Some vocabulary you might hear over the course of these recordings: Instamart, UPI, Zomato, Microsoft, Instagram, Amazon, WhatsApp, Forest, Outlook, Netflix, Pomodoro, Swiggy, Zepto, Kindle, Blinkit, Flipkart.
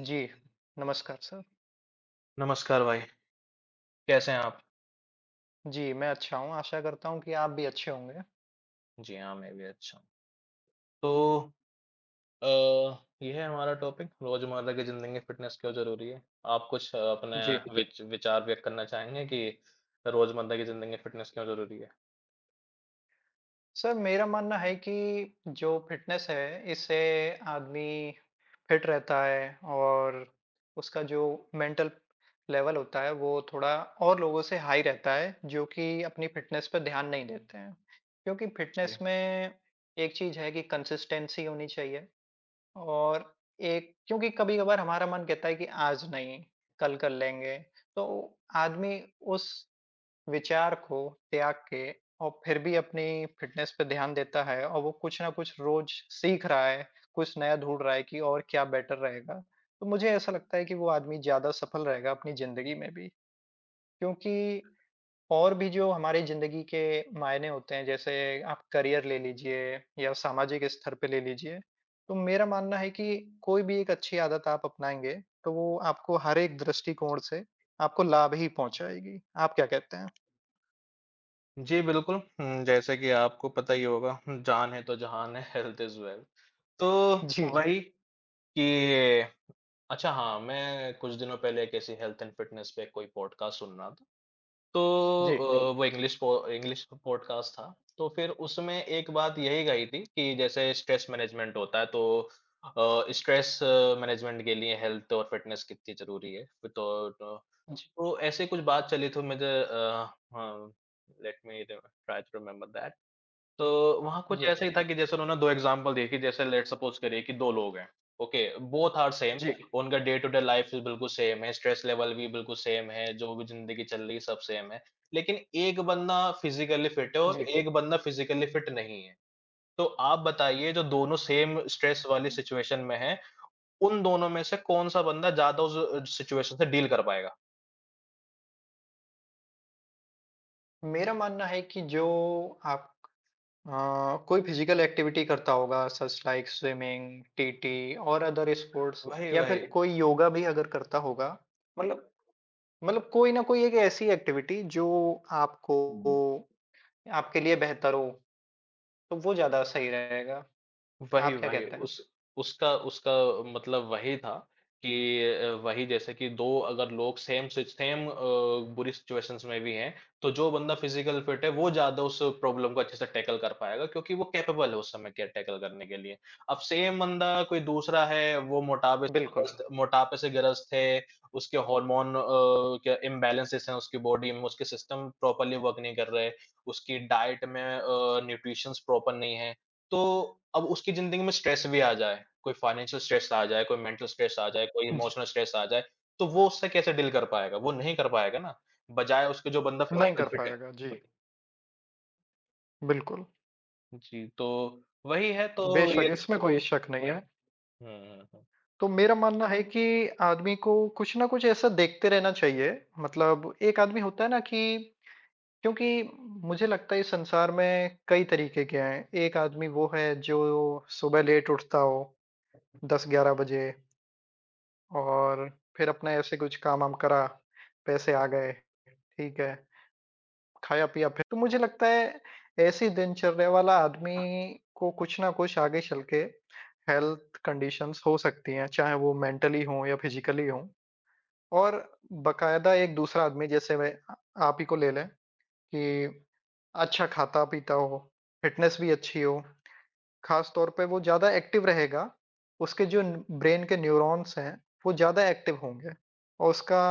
जी, नमस्कार सर। नमस्कार भाई, कैसे हैं आप? जी, मैं अच्छा हूँ, आशा करता हूँ कि आप भी अच्छे होंगे। जी हाँ, मैं भी अच्छा हूँ। तो अ, ये है हमारा टॉपिक, रोज़मर्रा की ज़िंदगी में फ़िटनेस क्यों ज़रूरी है? आप कुछ जी, अपने विचार व्यक्त करना चाहेंगे कि रोज़मर्रा की ज़िंदगी में फ़िटनेस क्यों ज़रूरी है? सर मेरा मानना है कि जो फ़िटनेस है, इससे आदमी फ़िट रहता है और उसका जो मेंटल लेवल होता है, वो थोड़ा और लोगों से हाई रहता है, जो कि अपनी फ़िटनेस पे ध्यान नहीं देते हैं। क्योंकि फ़िटनेस जी। में एक चीज़ है कि कंसिस्टेंसी होनी चाहिए और एक क्योंकि कभी-कभार हमारा मन कहता है कि आज नहीं, कल कर लेंगे, तो आदमी उस विचार को त्याग के और फिर भी अपनी फ़िटनेस पे ध्यान देता है और वो कुछ न कुछ रोज़ सीख रहा है, कुछ नया ढूँढ रहा है कि और क्या बेटर रहेगा। तो मुझे ऐसा लगता है कि वो आदमी ज़्यादा सफल रहेगा अपनी ज़िंदगी में भी, क्योंकि और भी जो हमारी ज़िंदगी के मायने होते हैं, जैसे आप करियर ले लीजिए या सामाजिक स्तर पे ले लीजिए, तो मेरा मानना है कि कोई भी एक अच्छी आदत आप अपनाएँगे, तो वो आपको हर एक दृष्टिकोण से आपको लाभ ही पहुँचाएगी। आप क्या कहते हैं? जी, बिल्कुल। जैसे कि आपको पता ही होगा, जान है तो जहान है, हेल्थ इज़ वेल्थ। तो जी। वही कि अच्छा, हाँ, मैं कुछ दिनों पहले एक ऐसी हेल्थ एंड फ़िटनेस पे कोई पॉडकास्ट सुन रहा था, तो जी। वो इंग्लिश पॉडकास्ट था। तो फिर उसमें एक बात यही कही थी कि जैसे स्ट्रेस मैनेजमेंट होता है, तो स्ट्रेस मैनेजमेंट के लिए हेल्थ और फिटनेस कितनी ज़रूरी है। तो तो जी, तो ऐसे कुछ बात चली तो मुझे हाँ, लेट मी रि ट्राई टू रिमेंबर दैट। तो वहाँ जी कुछ ऐसा ही हाँ। था कि जैसे उन्होंने 2 एग्ज़ाम्पल दिए कि जैसे लेट्स सपोज़ करिए कि 2 लोग हैं, ओके? बोथ आर सेम, जी, उनका डे टू डे लाइफ़ भी बिल्कुल सेम है, स्ट्रेस लेवल भी बिल्कुल सेम है, जो भी ज़िंदगी चल रही है सब सेम है। लेकिन एक बंदा फिज़िकली फ़िट है और जी। एक बंदा फिज़िकली फ़िट नहीं है। तो आप बताइए, जो दोनों सेम स्ट्रेस वाली सिचुएशन में हैं, उन दोनों में से कौन-सा बंदा ज़्यादा उस सिचुएशन से डील कर पाएगा? मेरा मानना है कि जो आप अ, कोई फ़िज़िकल एक्टिविटी करता होगा सच लाइक स्विमिंग, टीटी और अदर स्पोर्ट्स वही, या फिर वही। कोई योगा भी अगर करता होगा, मतलब मतलब कोई ना कोई एक ऐसी एक्टिविटी जो आपको आपके लिए बेहतर हो, तो वो ज़्यादा सही रहेगा। वही, आप क्या वही। कहते हैं? उस उसका उसका मतलब वही था कि वही जैसे कि 2 अगर लोग सेम सि सेम बुरी सिचुएशंस में भी हैं, तो जो बंदा फिज़िकल फिट है, वो ज़्यादा उस प्रॉब्लम को अच्छे से टैकल कर पाएगा क्योंकि वो कैपेबल है उस समय के टैकल करने के लिए। अब सेम बंदा कोई दूसरा है, वो बिल्कुल। मोटापे से ग्रस्त है, उसके हार्मोन क्या इम्बैलेंसेस हैं उसकी बॉडी में, उसके सिस्टम प्रॉपर्ली वर्क नहीं कर रहे, उसकी डाइट में न्यूट्रिशंस प्रॉपर नहीं है। तो अब उसकी ज़िंदगी में स्ट्रेस भी आ जाए, कोई फाइनेंशियल स्ट्रेस आ जाए, कोई मेंटल स्ट्रेस आ जाए, कोई जी, इमोशनल स्ट्रेस आ जाए, तो वो उससे कैसे डील कर पाएगा? वो नहीं कर पाएगा ना, बजाय उसके जो बंदा नहीं फिज़िकल कर फिट है। पाएगा। जी, बिल्कुल। जी, तो वही है, तो बेशक ये इसमें कोई शक नहीं है। हुँ, हुँ, हुँ। तो मेरा मानना है कि आदमी को कुछ ना कुछ ऐसा देखते रहना चाहिए। मतलब एक आदमी होता है ना कि क्योंकि मुझे लगता है इस संसार में कई तरीके के हैं। एक आदमी वो है जो सुबह लेट उठता हो 10-11 बजे। और फिर अपना ऐसे कुछ काम-वाम करा, पैसे आ गए, ठीक है, खाया-पिया फिर तो मुझे लगता है ऐसी दिनचर्या वाला आदमी को कुछ ना कुछ आगे चल के हेल्थ कंडीशंस हो सकती हैं, चाहे वो मेंटली हो या फिजिकली हो। और बाकायदा एक दूसरा आदमी जैसे मैं आप ही को ले लें कि अच्छा खाता-पीता हो, फिटनेस भी अच्छी हो। ख़ास तौर पे वो ज़्यादा एक्टिव रहेगा, उसके जो न ब्रेन के न्यूरॉन्स हैं, वो ज़्यादा एक्टिव होंगे और उसका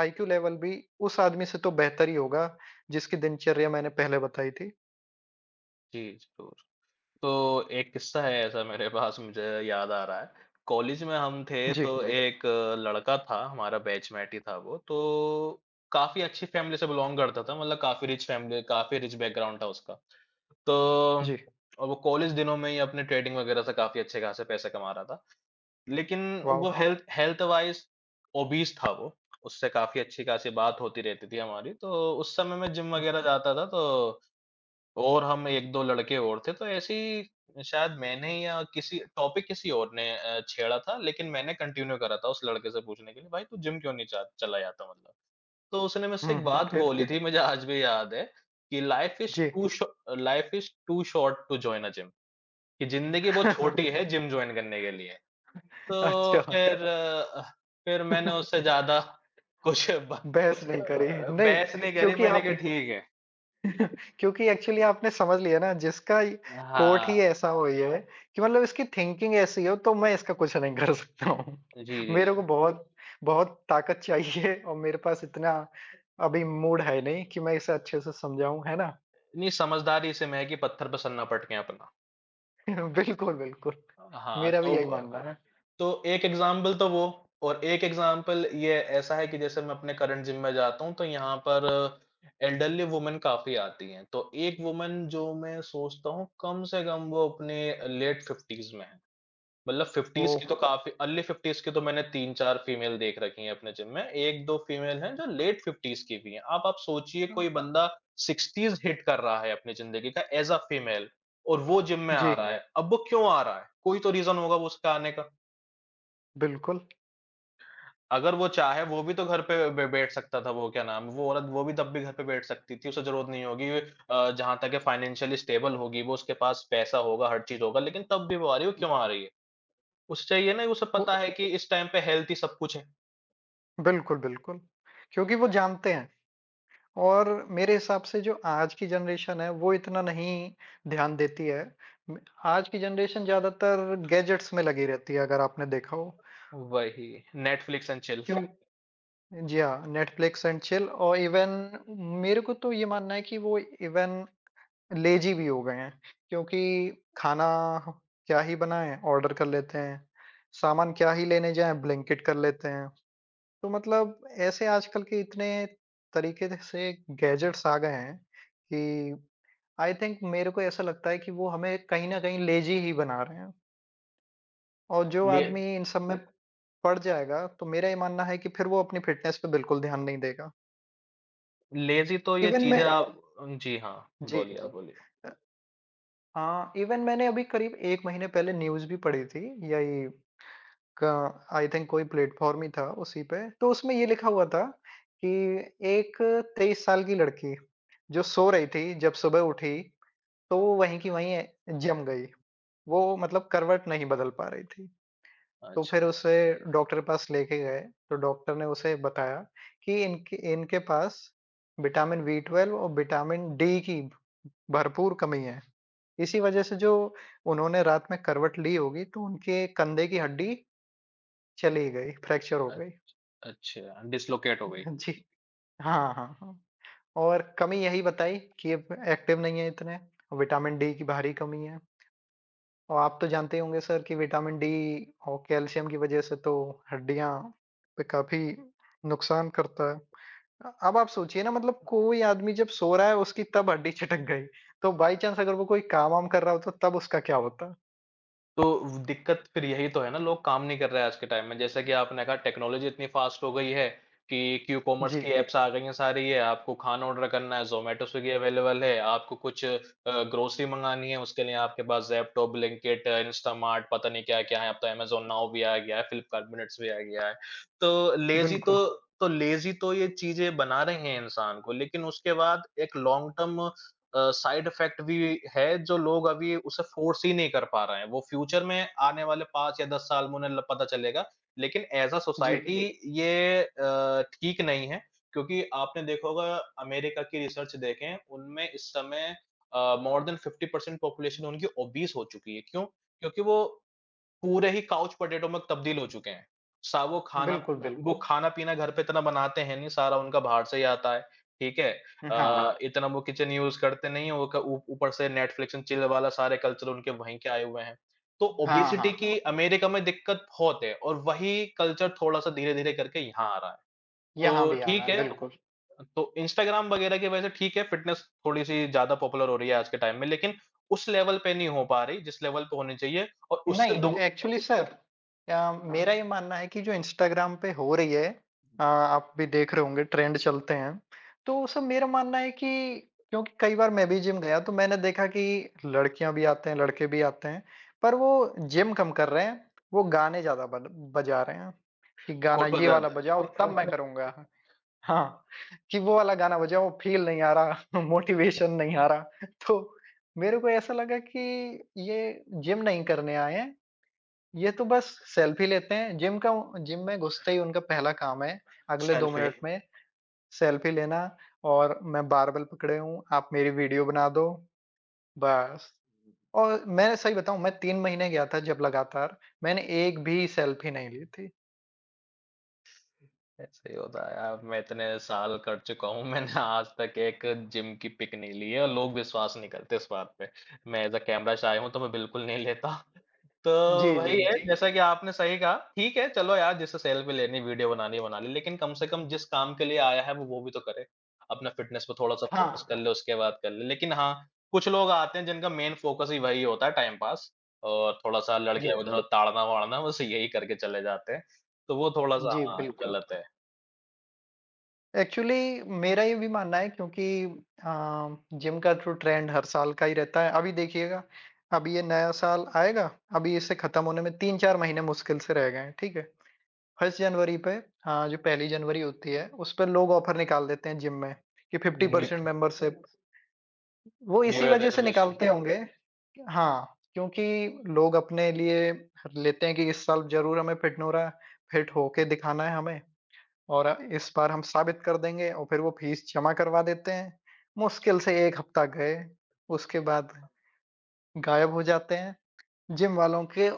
आईक्यू लेवल भी उस आदमी से तो बेहतर ही होगा, जिसकी दिनचर्या मैंने पहले बताई थी। जी, ज़रूर। तो एक किस्सा है ऐसा मेरे पास, मुझे याद आ रहा है। कॉलेज में हम थे जी, तो एक लड़का था, हमारा बैचमेट ही था वो, तो काफ़ी अच्छी फैमिली से बिलॉन्ग करता था, मतलब काफ़ी रिच फैमिली, काफ़ी रिच बैकग्राउंड था उसका। तो जी। और वो कॉलेज दिनों में ही अपने ट्रेडिंग वगैरह से काफ़ी अच्छे-खासे पैसे कमा रहा था। लेकिन वॉव! वो हेल्थ हेल्थ वाइज़ ओबीज़ था वो, उससे काफ़ी अच्छी-खासी बात होती रहती थी हमारी। तो उस समय मैं जिम हुँ, वगैरह जाता था, तो और हम 1-2 लड़के और थे, तो ऐसे ही शायद मैंने या किसी टॉपिक किसी और ने छेड़ा था, लेकिन मैंने कंटिन्यू करा था उस लड़के से पूछने के लिए, "भाई, तू जिम क्यों नहीं जा चला जाता मतलब?" तो उसने मुझसे हुँ, एक हुँ, बात फिर? बोली थी, मुझे आज भी याद है, कि जी। Life is too short to join a gym, कि ज़िंदगी बहुत छोटी है जिम जॉइन करने के लिए। तो अच्छा। फिर फिर मैंने उससे ज़्यादा कुछ ब अ, बहस नहीं करी। नहीं, बहस नहीं करी, क्योंकि मैंने आप कहा ठीक है। क्योंकि एक्चुअली आपने समझ लिया ना जिसका ये कोट ही हाँ, ऐसा हो ये है कि मतलब इसकी थिंकिंग ऐसी हो तो मैं इसका कुछ नहीं कर सकता हूँ। जी, मेरे को जी। बहुत बहुत ताकत चाहिए और मेरे पास इतना अभी मूड है नहीं कि मैं इसे अच्छे से समझाऊँ, है ना? नहीं, समझदारी से महकी पत्थर पे सन्नाटा पटके अपना। बिल्कुल, बिल्कुल। हाँ, मेरा भी तो यही मानना व है। तो एक एग्ज़ाम्पल तो वो, और एक एग्ज़ाम्पल ये ऐसा है कि जैसे मैं अपने करंट जिम में जाता हूँ, तो यहाँ पर एल्डरली वुमन काफ़ी आती हैं। तो एक वुमन जो मैं सोचता हूँ, कम से कम वो अपने लेट 50s में है। मतलब वो 50s की तो काफ़ी, अर्ली 50s की तो मैंने 3-4 फीमेल देख रखी हैं अपने जिम में। 1-2 फीमेल हैं जो लेट 50s की भी हैं। अब आप सोचिए, कोई बंदा 60s हिट कर रहा है अपनी ज़िंदगी का ऐज़ अ फीमेल, और वो जिम में जी, आ रहा है। अब वो क्यों आ रहा है? कोई तो रीज़न होगा वो उसका आने का। बिल्कुल। अगर वो चाहे, वो भी तो घर पे बे बैठ सकता था, वो क्या नाम है, वो औरत वो भी तब भी घर पे बैठ सकती थी, उसे ज़रूरत नहीं होगी, जहाँ तक है फाइनेंशियली स्टेबल होगी वो, उसके पास पैसा होगा, हर चीज़ होगा, लेकिन तब भी वो आ रही है, वो क्यों आ रही है? उससे ये नहीं, उसे को पता है कि इस टाइम पे हेल्थ ही सब कुछ है। बिल्कुल, बिल्कुल। क्योंकि वो जानते हैं। और मेरे हिसाब से जो आज की जनरेशन है, वो इतना नहीं ध्यान देती है। म आज की जनरेशन ज़्यादातर गैजेट्स में लगी रहती है अगर आपने देखा हो। वही, नेटफ्लिक्स एंड चिल। क्यों? जी हाँ, नेटफ्लिक्स एंड चिल और इवन मेरे को तो ये मानना है कि वो इवन लेज़ी भी हो गए हैं, क्योंकि खाना क्या ही बनाएँ, ऑर्डर कर लेते हैं। सामान क्या ही लेने जाएँ, ब्लिंकिट कर लेते हैं। तो मतलब ऐसे आजकल के इतने तरीके से गैजेट्स आ गए हैं कि आई थिंक मेरे को ऐसा लगता है कि वो हमें कहीं न कहीं लेज़ी ही बना रहे हैं और जो ले आदमी इन सब में पड़ जाएगा, तो मेरा ये मानना है कि फिर वो अपनी फ़िटनेस पे बिल्कुल ध्यान नहीं देगा। लेज़ी तो ये इवन चीज़ें मैं आप जी हाँ, जी। बोलिए, आप बोलिए। अ, हाँ, इवन मैंने अभी करीब 1 महीने पहले न्यूज़ भी पढ़ी थी, यही का आई थिंक कोई प्लेटफ़ॉर्म ही था उसी पे, तो उसमें ये लिखा हुआ था कि एक 23 साल की लड़की जो सो रही थी, जब सुबह उठी, तो वो वहीं की वहीं जिम गई। वो मतलब करवट नहीं बदल पा रही थी। तो अच्छा, फिर उसे डॉक्टर के पास लेके गए, तो डॉक्टर ने उसे बताया कि इनके इनके पास विटामिन बी ट्वेल्व और विटामिन डी की भरपूर कमी है। इसी वजह से जो उन्होंने रात में करवट ली होगी तो उनके कंधे की हड्डी चली गई, फ्रैक्चर हो अ गई। अच्छा, डिस्लोकेट हो गई। जी। हाँ, हाँ, हाँ। और कमी यही बताई कि ये एक्टिव नहीं है इतने, विटामिन डी की भारी कमी है। और आप तो जानते ही होंगे सर कि विटामिन डी और कैल्शियम की वजह से तो हड्डियां पे काफी नुकसान करता है। अब आप सोचिए ना मतलब कोई आदमी जब सो रहा है उसकी तब हड्डी चटक गई तो बाई चांस अगर वो कोई काम वाम कर रहा हो तो तब उसका क्या होता। तो दिक्कत फिर यही तो है ना, लोग काम नहीं कर रहे हैं आज के टाइम में। जैसा कि आपने कहा, टेक्नोलॉजी इतनी फास्ट हो गई है कि क्यू कॉमर्स जी, की ऐप्स आ गई हैं सारी ये, आपको खाना ऑर्डर करना है, ज़ोमैटो, स्विगी अवेलेबल है, आपको कुछ ग्रोसरी मंगानी है, उसके लिए आपके पास ज़ेप्टो, ब्लिंकिट, इंस्टामार्ट, पता नहीं क्या-क्या है, अब तो अमेज़न नाउ भी आ गया है, फ्लिपकार्ट मिनट्स भी आ गया है। तो लेज़ी बिल्कुल। तो तो लेज़ी तो ये चीज़ें बना रहे हैं इंसान को, लेकिन उसके बाद एक लॉन्ग टर्म साइड इफ़ेक्ट भी है, जो लोग अभी उसे फ़ोर्स ही नहीं कर पा रहे हैं। वो फ्यूचर में आने वाले 5 या 10 साल में उन्हें ल पता चलेगा। लेकिन ऐज़ अ जी, सोसाइटी, जी, ये ठीक नहीं है, क्योंकि आपने देखा होगा, अमेरिका की रिसर्च देखें, उनमें इस समय मोर देन 50% पॉपुलेशन उनकी ओबीज़ हो चुकी है। क्यों? क्योंकि वो पूरे ही काउच पोटैटो में तब्दील हो चुके हैं। सा बिल्कुल, वो बिल्कुल। खाना-पीना घर पे इतना बनाते हैं नहीं, सारा उनका बाहर से ही आता है, ठीक है? हाँ, इतना वो किचन यूज़ करते नहीं हैं, वो क ऊ ऊपर से नेटफ्लिक्स एंड चिल वाला सारे कल्चर उनके वहीं के आए हुए हैं। तो हाँ, हाँ, ओबेसिटी हाँ, की अमेरिका में दिक्कत बहुत है, और वही कल्चर थोड़ा-सा धीरे-धीरे करके यहाँ आ रहा है। यहाँ तो भी आ रहा ठीक है है, बिल्कुल। तो इंस्टाग्राम वगैरह की वजह से ठीक है, फ़िटनेस थोड़ी-सी ज़्यादा पॉपुलर हो रही है आज के टाइम में, लेकिन उस लेवल पे नहीं हो पा रही, जिस लेवल पे होनी चाहिए, और उससे नहीं, दु एक्चुअली सर मेरा ये मानना है कि जो इंस्टाग्राम पे हो रही है। आप भी देख रहे होंगे ट्रेंड चलते हैं। तो सर मेरा मानना है कि क्योंकि कई बार मैं भी जिम गया तो मैंने देखा कि लड़कियाँ भी आते हैं, लड़के भी आते हैं, पर वो जिम कम कर रहे हैं, वो गाने ज़्यादा बन बजा रहे हैं कि गाना फोटो ये वाला जाते हैं, बजाओ तब मैं करूँगा। हाँ, कि वो वाला गाना बजाओ फ़ील नहीं आ रहा, मोटिवेशन नहीं आ रहा। तो मेरे को ऐसा लगा कि ये जिम नहीं करने आए हैं, ये तो बस सेल्फी लेते हैं। जिम में घुसते ही उनका पहला काम है, अगले 2 सेल्फी। मिनट में सेल्फी लेना और मैं बारबेल पकड़े हूँ, आप मेरी वीडियो बना दो, बस। और मैं सही बताऊँ मैं 3 महीने गया था जब लगातार, मैंने एक भी सेल्फी नहीं ली थी। ऐसे ही होता है यार, मैं इतने साल कर चुका हूँ, मैंने आज तक एक जिम की पिक नहीं ली है, और लोग विश्वास नहीं करते इस बात पे। मैं एज अ कैमरा शाय हूँ, तो मैं बिल्कुल नहीं लेता। तो जी, जी, वही है, जी। जैसा कि आपने सही कहा, ठीक है, चलो यार, जिससे सेल्फी लेनी वीडियो बनानी है, बना ले, लेकिन कम से कम जिस काम के लिए आया है वो भी तो करे, अपना फिटनेस पे थोड़ा सा फोकस हाँ, कर ले, उसके बाद कर ले, लेकिन हाँ, कुछ लोग आते हैं जिनका मेन फोकस ही वही होता है, टाइम पास, और थोड़ा सा जी। लड़के उधर ताड़ना वाड़ना बस यही करके चले जाते हैं। तो वो थोड़ा-सा जी, हाँ, बिल्कुल। गलत है। एक्चुअली मेरा ये भी मानना है क्योंकि जिम का तो ट्रेंड हर साल का ही रहता है। अभी देखिएगा, अभी ये नया साल आएगा, अभी इसे ख़त्म होने में 3-4 महीने मुश्किल से रह गए हैं, ठीक है? 1 जनवरी पे जो पहली जनवरी होती है, उस पे लोग ऑफ़र निकाल देते हैं जिम में कि न्यू 50% मेंबरशिप। वो न्यू इसी ईयर वज़ह से रेज़ोल्यूशन। निकालते होंगे। हाँ, क्योंकि लोग अपने लिए लेते हैं कि इस साल ज़रूर हमें फिट होके दिखाना है हमें। और इस बार हम साबित कर देंगे और फिर वो फीस जमा करवा देते हैं। मुश्किल से 1 हफ्ता गए, उसके बाद गायब हो जाते हैं। जिम वालों के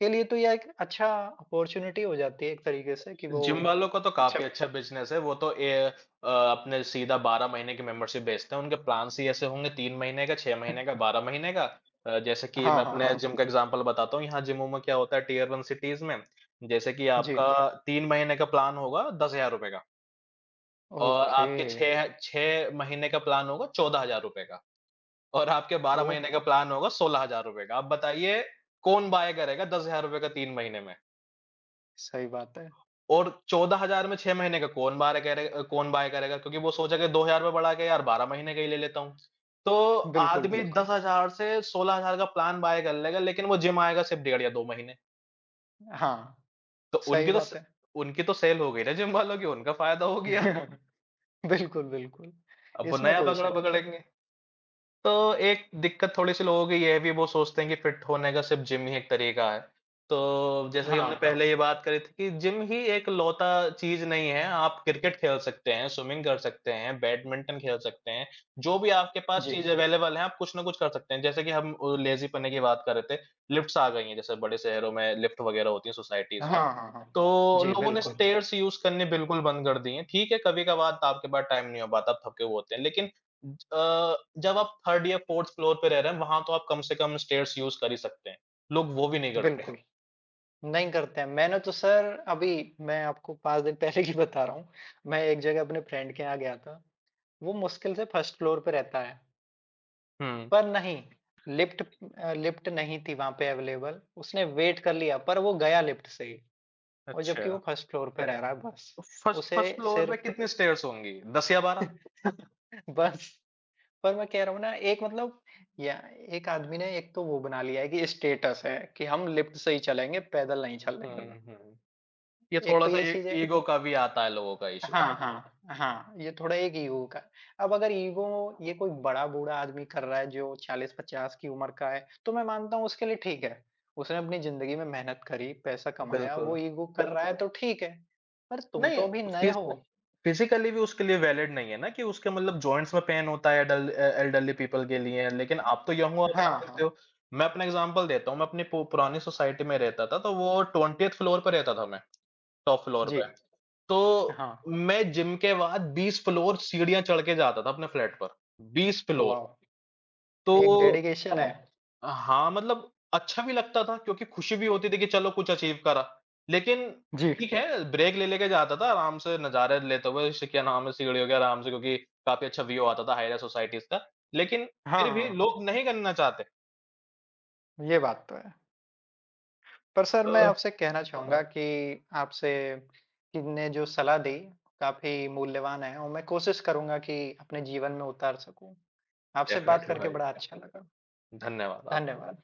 के लिए तो यह एक अच्छा अपॉर्च्युनिटी हो जाती है एक तरीके से कि वो जिम वालों का तो अच्छा। काफ़ी अच्छा बिज़नेस है, वो तो ए अपने सीधा 12 महीने की मेंबरशिप बेचते हैं, उनके प्लान्स ही ऐसे होंगे 3 महीने का, 6 महीने का, 12 महीने का। जैसे कि हाँ, मैं हाँ, अपने हाँ। जिम का एग्ज़ाम्पल बताता हूँ, यहाँ जिमों में क्या होता है टियर 1 सिटीज़ में, जैसे कि जी। आपका 3 महीने का प्लान होगा ₹10,000 का, और ओके, आपके 6 6 महीने का प्लान होगा ₹14,000 का। और आपके 12 महीने का ओके, प्लान होगा ₹16,000 का। आप बताइए, कौन बाय करेगा ₹10,000 का 3 महीने में? सही बात है। और 14,000 में 6 महीने का कौन बाय करेगा? क्योंकि वो सोचेगा ₹2,000 बढ़ा के यार 12 महीने का ही ले लेता हूँ। तो बिल्कुल, आदमी बिल्कुल। 10,000 से 16,000 का प्लान बाय कर लेगा, लेकिन वो जिम आएगा सिर्फ़ डेढ़ या 2 महीने। हाँ, तो सही बात है। उनकी तो सेल हो गई ना जिम वालों की, उनको फ़ायदा हो गया। बिल्कुल, बिल्कुल। अब वो इसमें नया कोई पकड़ा शक नहीं। पकड़ेंगे। तो एक दिक्कत थोड़ी-सी लोगों की ये है भी, वो सोचते हैं कि फिट होने का सिर्फ़ जिम ही एक तरीका है। तो जैसे कि हाँ, हमने पहले ये बात करी थी कि जिम ही एकलौता चीज़ नहीं है, आप क्रिकेट खेल सकते हैं, स्विमिंग कर सकते हैं, बैडमिंटन खेल सकते हैं, जो भी आपके पास जी। चीज़ अवेलेबल है, आप कुछ ना कुछ कर सकते हैं। जैसे कि हम लेज़ी पन्ने की बात कर रहे थे, लिफ्ट्स आ गई हैं, जैसे बड़े शहरों में लिफ्ट वगैरह होती हैं हाँ, सोसाइटीज़ में। हाँ, हाँ। तो जी, लोगों ने बिल्कुल, स्टेयर्स यूज़ करने बिल्कुल बंद कर दिए हैं। ठीक है, कभी-कभार आपके पास टाइम नहीं हो पाता, आप थके हुए होते हैं, लेकिन अ, जब आप 3rd या 4th फ्लोर पे रह रहे हैं, वहाँ तो आप कम से कम स्टेयर्स यूज़ कर ही सकते हैं। लोग वो भी नहीं करते। बिल्कुल। नहीं करते हैं। मैंने तो सर अभी मैं आपको 5 दिन पहले की बता रहा हूँ। मैं एक जगह अपने फ्रेंड के यहाँ गया था। वो मुश्किल से फर्स्ट फ्लोर पे रहता है। हुँ। पर नहीं लिफ्ट लिफ्ट नहीं थी वहाँ पे अवेलेबल। उसने वेट कर लिया पर वो गया लिफ्ट से ही और अच्छा। जबकि वो फर्स्ट फ्लोर पे रह रहा है बस। तो फर्स्ट उसे फर्स्ट फ्लोर पे सिर्फ कितनी स्टेयर्स होंगी? 10 या 12? बस पर मैं कह रहा हूँ ना एक मतलब या एक आदमी ने एक तो वो बना लिया है कि स्टेटस है कि हम लिफ्ट से ही चलेंगे, पैदल नहीं हुँ, चलेंगे। हुँ। ये एक तो थोड़ा-सा ये ए चीज़ है। ईगो का भी आता है, लोगों का इश्यू। हाँ, हाँ, हाँ, ये थोड़ा एक ईगो का। अब अगर ईगो ये कोई बड़ा-बूढ़ा आदमी कर रहा है जो 40-50 की उम्र का है, तो मैं मानता हूँ उसके लिए ठीक है। उसने अपनी ज़िंदगी में मेहनत करी, पैसा कमाया, वो बिल्कुल। ईगो कर रहा है तो ठीक है। पर तुम नहीं, तो अभी नए हो। फिज़िकली भी उसके लिए वैलिड नहीं है ना, कि उसके मतलब जॉइंट्स में पेन होता है एडल एल्डरली पीपल के लिए, लेकिन आप तो यंग हो, आप हाँ, कर हाँ, सकते हो। मैं अपना एग्ज़ाम्पल देता हूँ, मैं अपनी पु पुरानी सोसाइटी में रहता था, तो वो 20th फ्लोर पे रहता था मैं, टॉप फ्लोर जी, पे। तो हाँ, मैं जिम के बाद 20 फ्लोर सीढ़ियाँ चढ़ के जाता था अपने फ्लैट पर, 20 फ्लोर। वाह! तो एक डेडिकेशन है। हाँ, मतलब अच्छा भी लगता था, क्योंकि खुशी भी होती थी कि चलो कुछ अचीव करा। लेकिन जी, ठीक है, ब्रेक ले लेके जाता था आराम से, नज़ारे लेते हुए, जैसे क्या नाम है, सिगड़ी हो गया आराम से, क्योंकि काफ़ी अच्छा व्यू आता था हाईरा सोसाइटीज़ का। लेकिन हाँ, फिर भी हाँ, हाँ, लोग नहीं करना चाहते। ये बात तो है। पर सर मैं अ, आपसे कहना चाहूँगा कि आपसे किन्ने जो सलाह दी, काफ़ी मूल्यवान है और मैं कोशिश करूँगा कि अपने जीवन में उतार सकूँ। आपसे बात डेफ़िनेटली करके भाई। बड़ा अच्छा लगा। धन्यवाद आपका भी। धन्यवाद।